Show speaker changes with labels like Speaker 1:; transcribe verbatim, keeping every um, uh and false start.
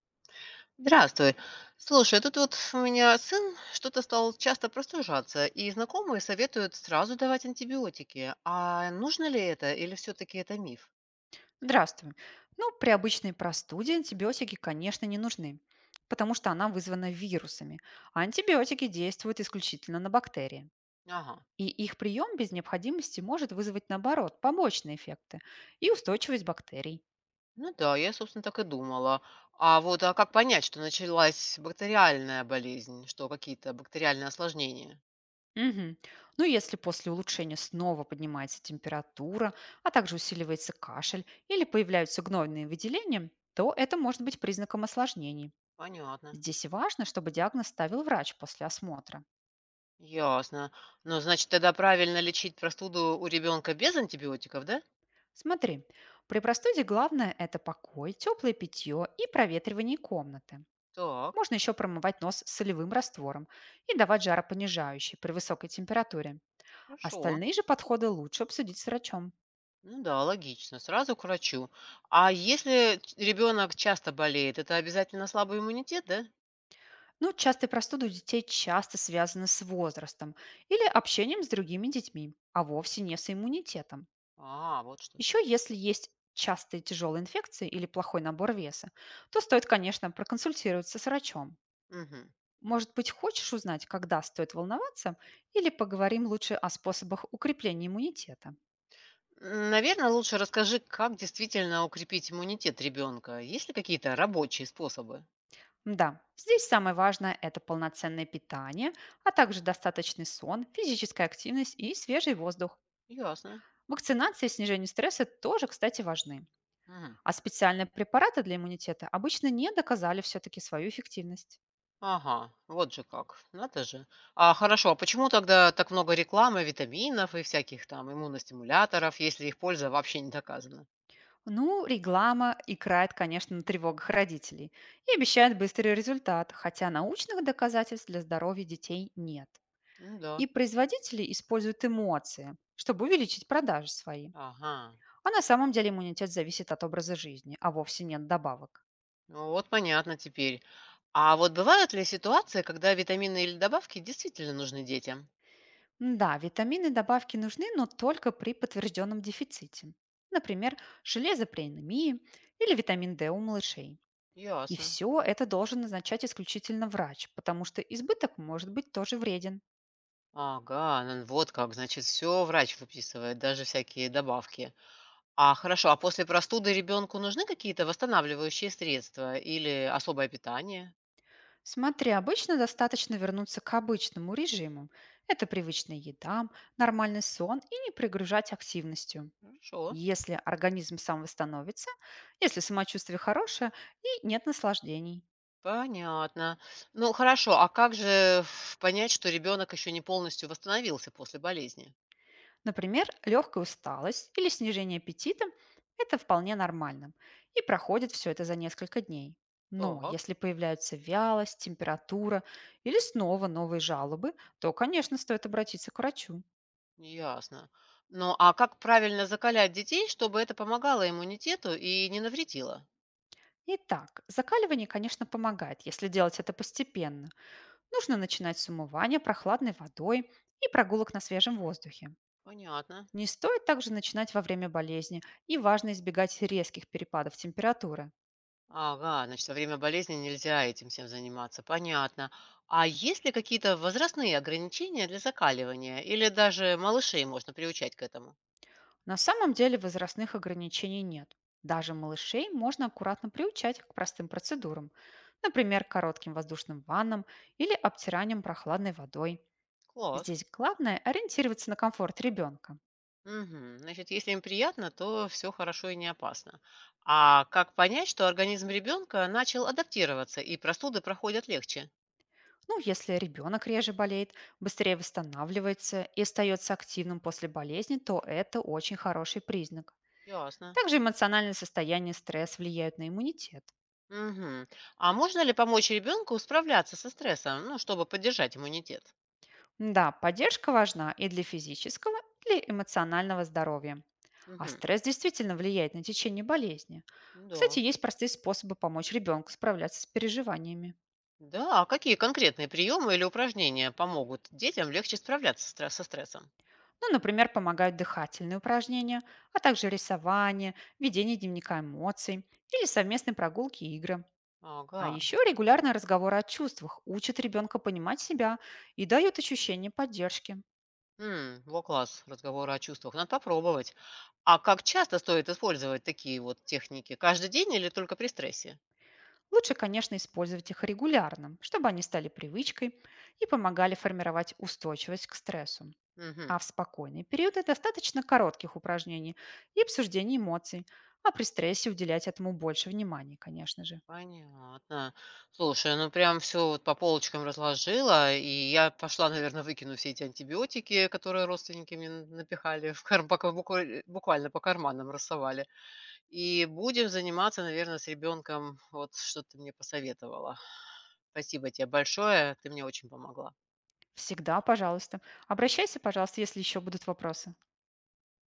Speaker 1: Здравствуй. Слушай, тут вот у меня сын что-то стал часто простужаться, и знакомые советуют сразу давать антибиотики. А нужно ли это или все-таки это миф?
Speaker 2: Здравствуй. Ну, при обычной простуде антибиотики, конечно, не нужны, потому что она вызвана вирусами, а антибиотики действуют исключительно на бактерии.
Speaker 1: Ага.
Speaker 2: И их прием без необходимости может вызвать, наоборот, побочные эффекты и устойчивость бактерий.
Speaker 1: Ну да, я, собственно, так и думала. А вот а как понять, что началась бактериальная болезнь, что какие-то бактериальные осложнения?
Speaker 2: Мгм. Ну, если после улучшения снова поднимается температура, а также усиливается кашель или появляются гнойные выделения, то это может быть признаком осложнений.
Speaker 1: Понятно.
Speaker 2: Здесь важно, чтобы диагноз ставил врач после осмотра.
Speaker 1: Ясно. Ну, значит, тогда правильно лечить простуду у ребенка без антибиотиков, да?
Speaker 2: Смотри, при простуде главное– это покой, теплое питье и проветривание комнаты.
Speaker 1: Так,
Speaker 2: Можно еще промывать нос солевым раствором и давать жаропонижающий при высокой температуре.
Speaker 1: хорошо.
Speaker 2: Остальные же подходы лучше обсудить с врачом.
Speaker 1: Ну да, логично. Сразу к врачу. А если ребенок часто болеет, это обязательно слабый иммунитет, да?
Speaker 2: Ну, частые простуды у детей часто связаны с возрастом или общением с другими детьми, а вовсе не с иммунитетом.
Speaker 1: А, вот что.
Speaker 2: Еще если есть частые тяжелые инфекции или плохой набор веса, то стоит, конечно, проконсультироваться с врачом.
Speaker 1: Угу.
Speaker 2: Может быть, хочешь узнать, когда стоит волноваться, или поговорим лучше о способах укрепления иммунитета?
Speaker 1: Наверное, лучше расскажи, как действительно укрепить иммунитет ребенка. Есть ли какие-то рабочие способы?
Speaker 2: Да, здесь самое важное– это полноценное питание, а также достаточный сон, физическая активность и свежий воздух.
Speaker 1: Ясно.
Speaker 2: Вакцинация и снижение стресса тоже, кстати, важны.
Speaker 1: Мгм.
Speaker 2: А специальные препараты для иммунитета обычно не доказали все-таки свою эффективность.
Speaker 1: Ага, вот же как. Надо же. А хорошо, а почему тогда так много рекламы, витаминов и всяких там иммуностимуляторов, если их польза вообще не доказана?
Speaker 2: Ну, реклама играет, конечно, на тревогах родителей и обещает быстрый результат, хотя научных доказательств для здоровья детей нет.
Speaker 1: Ну да.
Speaker 2: И производители используют эмоции, чтобы увеличить продажи свои.
Speaker 1: Ага.
Speaker 2: А на самом деле иммунитет зависит от образа жизни, а вовсе нет добавок.
Speaker 1: Ну, вот понятно теперь. А вот бывают ли ситуации, когда витамины или добавки действительно нужны детям?
Speaker 2: Да, витамины и добавки нужны, но только при подтвержденном дефиците. Например, железо при анемии или витамин д у малышей. И
Speaker 1: Ясно.
Speaker 2: все это должен назначать исключительно врач, потому что избыток может быть тоже вреден.
Speaker 1: Ага, ну вот как, значит, все врач выписывает, даже всякие добавки. А хорошо, а после простуды ребенку нужны какие-то восстанавливающие средства или особое питание?
Speaker 2: Смотри, обычно достаточно вернуться к обычному режиму. Это привычная еда, нормальный сон и не пригружать активностью.
Speaker 1: Хорошо,
Speaker 2: Если организм сам восстановится, если самочувствие хорошее и нет наслаждений.
Speaker 1: понятно. Ну хорошо, а как же ф, понять, что ребенок еще не полностью восстановился после болезни?
Speaker 2: Например, легкая усталость или снижение аппетита– это вполне нормально и проходит все это за несколько дней. Но
Speaker 1: Так.
Speaker 2: если появляются вялость, температура или снова новые жалобы, то, конечно, стоит обратиться к врачу.
Speaker 1: Ясно. Ну, а как правильно закалять детей, чтобы это помогало иммунитету и не навредило?
Speaker 2: Итак, закаливание, конечно, помогает, если делать это постепенно. Нужно начинать с умывания прохладной водой и прогулок на свежем воздухе.
Speaker 1: Понятно.
Speaker 2: Не стоит также начинать во время болезни, и важно избегать резких перепадов температуры.
Speaker 1: Ага, значит, во время болезни нельзя этим всем заниматься. Понятно. А есть ли какие-то возрастные ограничения для закаливания? Или даже малышей можно приучать к этому?
Speaker 2: На самом деле возрастных ограничений нет. Даже малышей можно аккуратно приучать к простым процедурам, например, коротким воздушным ваннам или обтиранием прохладной водой.
Speaker 1: Класс.
Speaker 2: Здесь главное ориентироваться на комфорт ребенка.
Speaker 1: Мгм. Значит, если им приятно, то все хорошо и не опасно. А как понять, что организм ребенка начал адаптироваться и простуды проходят легче?
Speaker 2: Ну, если ребенок реже болеет, быстрее восстанавливается и остается активным после болезни, то это очень хороший признак.
Speaker 1: Ясно.
Speaker 2: Также эмоциональное состояние и стресс влияют на иммунитет.
Speaker 1: Мгм. А можно ли помочь ребенку справляться со стрессом, ну, чтобы поддержать иммунитет?
Speaker 2: Да, поддержка важна и для физического, и для эмоционального здоровья. А
Speaker 1: Мгм.
Speaker 2: стресс действительно влияет на течение болезни. Кстати,
Speaker 1: Да.
Speaker 2: есть простые способы помочь ребенку справляться с переживаниями.
Speaker 1: Да, а какие конкретные приемы или упражнения помогут детям легче справляться стра- со стрессом?
Speaker 2: Ну, например, помогают дыхательные упражнения, а также рисование, ведение дневника эмоций или совместные прогулки и игры.
Speaker 1: Ага.
Speaker 2: А еще регулярные разговоры о чувствах учат ребенка понимать себя и дают ощущение поддержки.
Speaker 1: М, во класс, разговоры о чувствах. Надо попробовать. А как часто стоит использовать такие вот техники? Каждый день или только при стрессе?
Speaker 2: Лучше, конечно, использовать их регулярно, чтобы они стали привычкой и помогали формировать устойчивость к стрессу.
Speaker 1: Мгм.
Speaker 2: А в спокойные периоды достаточно коротких упражнений и обсуждений эмоций, а при стрессе уделять этому больше внимания, конечно же.
Speaker 1: Понятно. Слушай, ну прям все вот по полочкам разложила, и я пошла, наверное, выкину все эти антибиотики, которые родственники мне н напихали в кар пока букваль буквально по карманам рассовали. И будем заниматься, наверное, с ребенком, вот что ты мне посоветовала. Спасибо тебе большое, ты мне очень помогла.
Speaker 2: Всегда, пожалуйста. Обращайся, пожалуйста, если еще будут вопросы.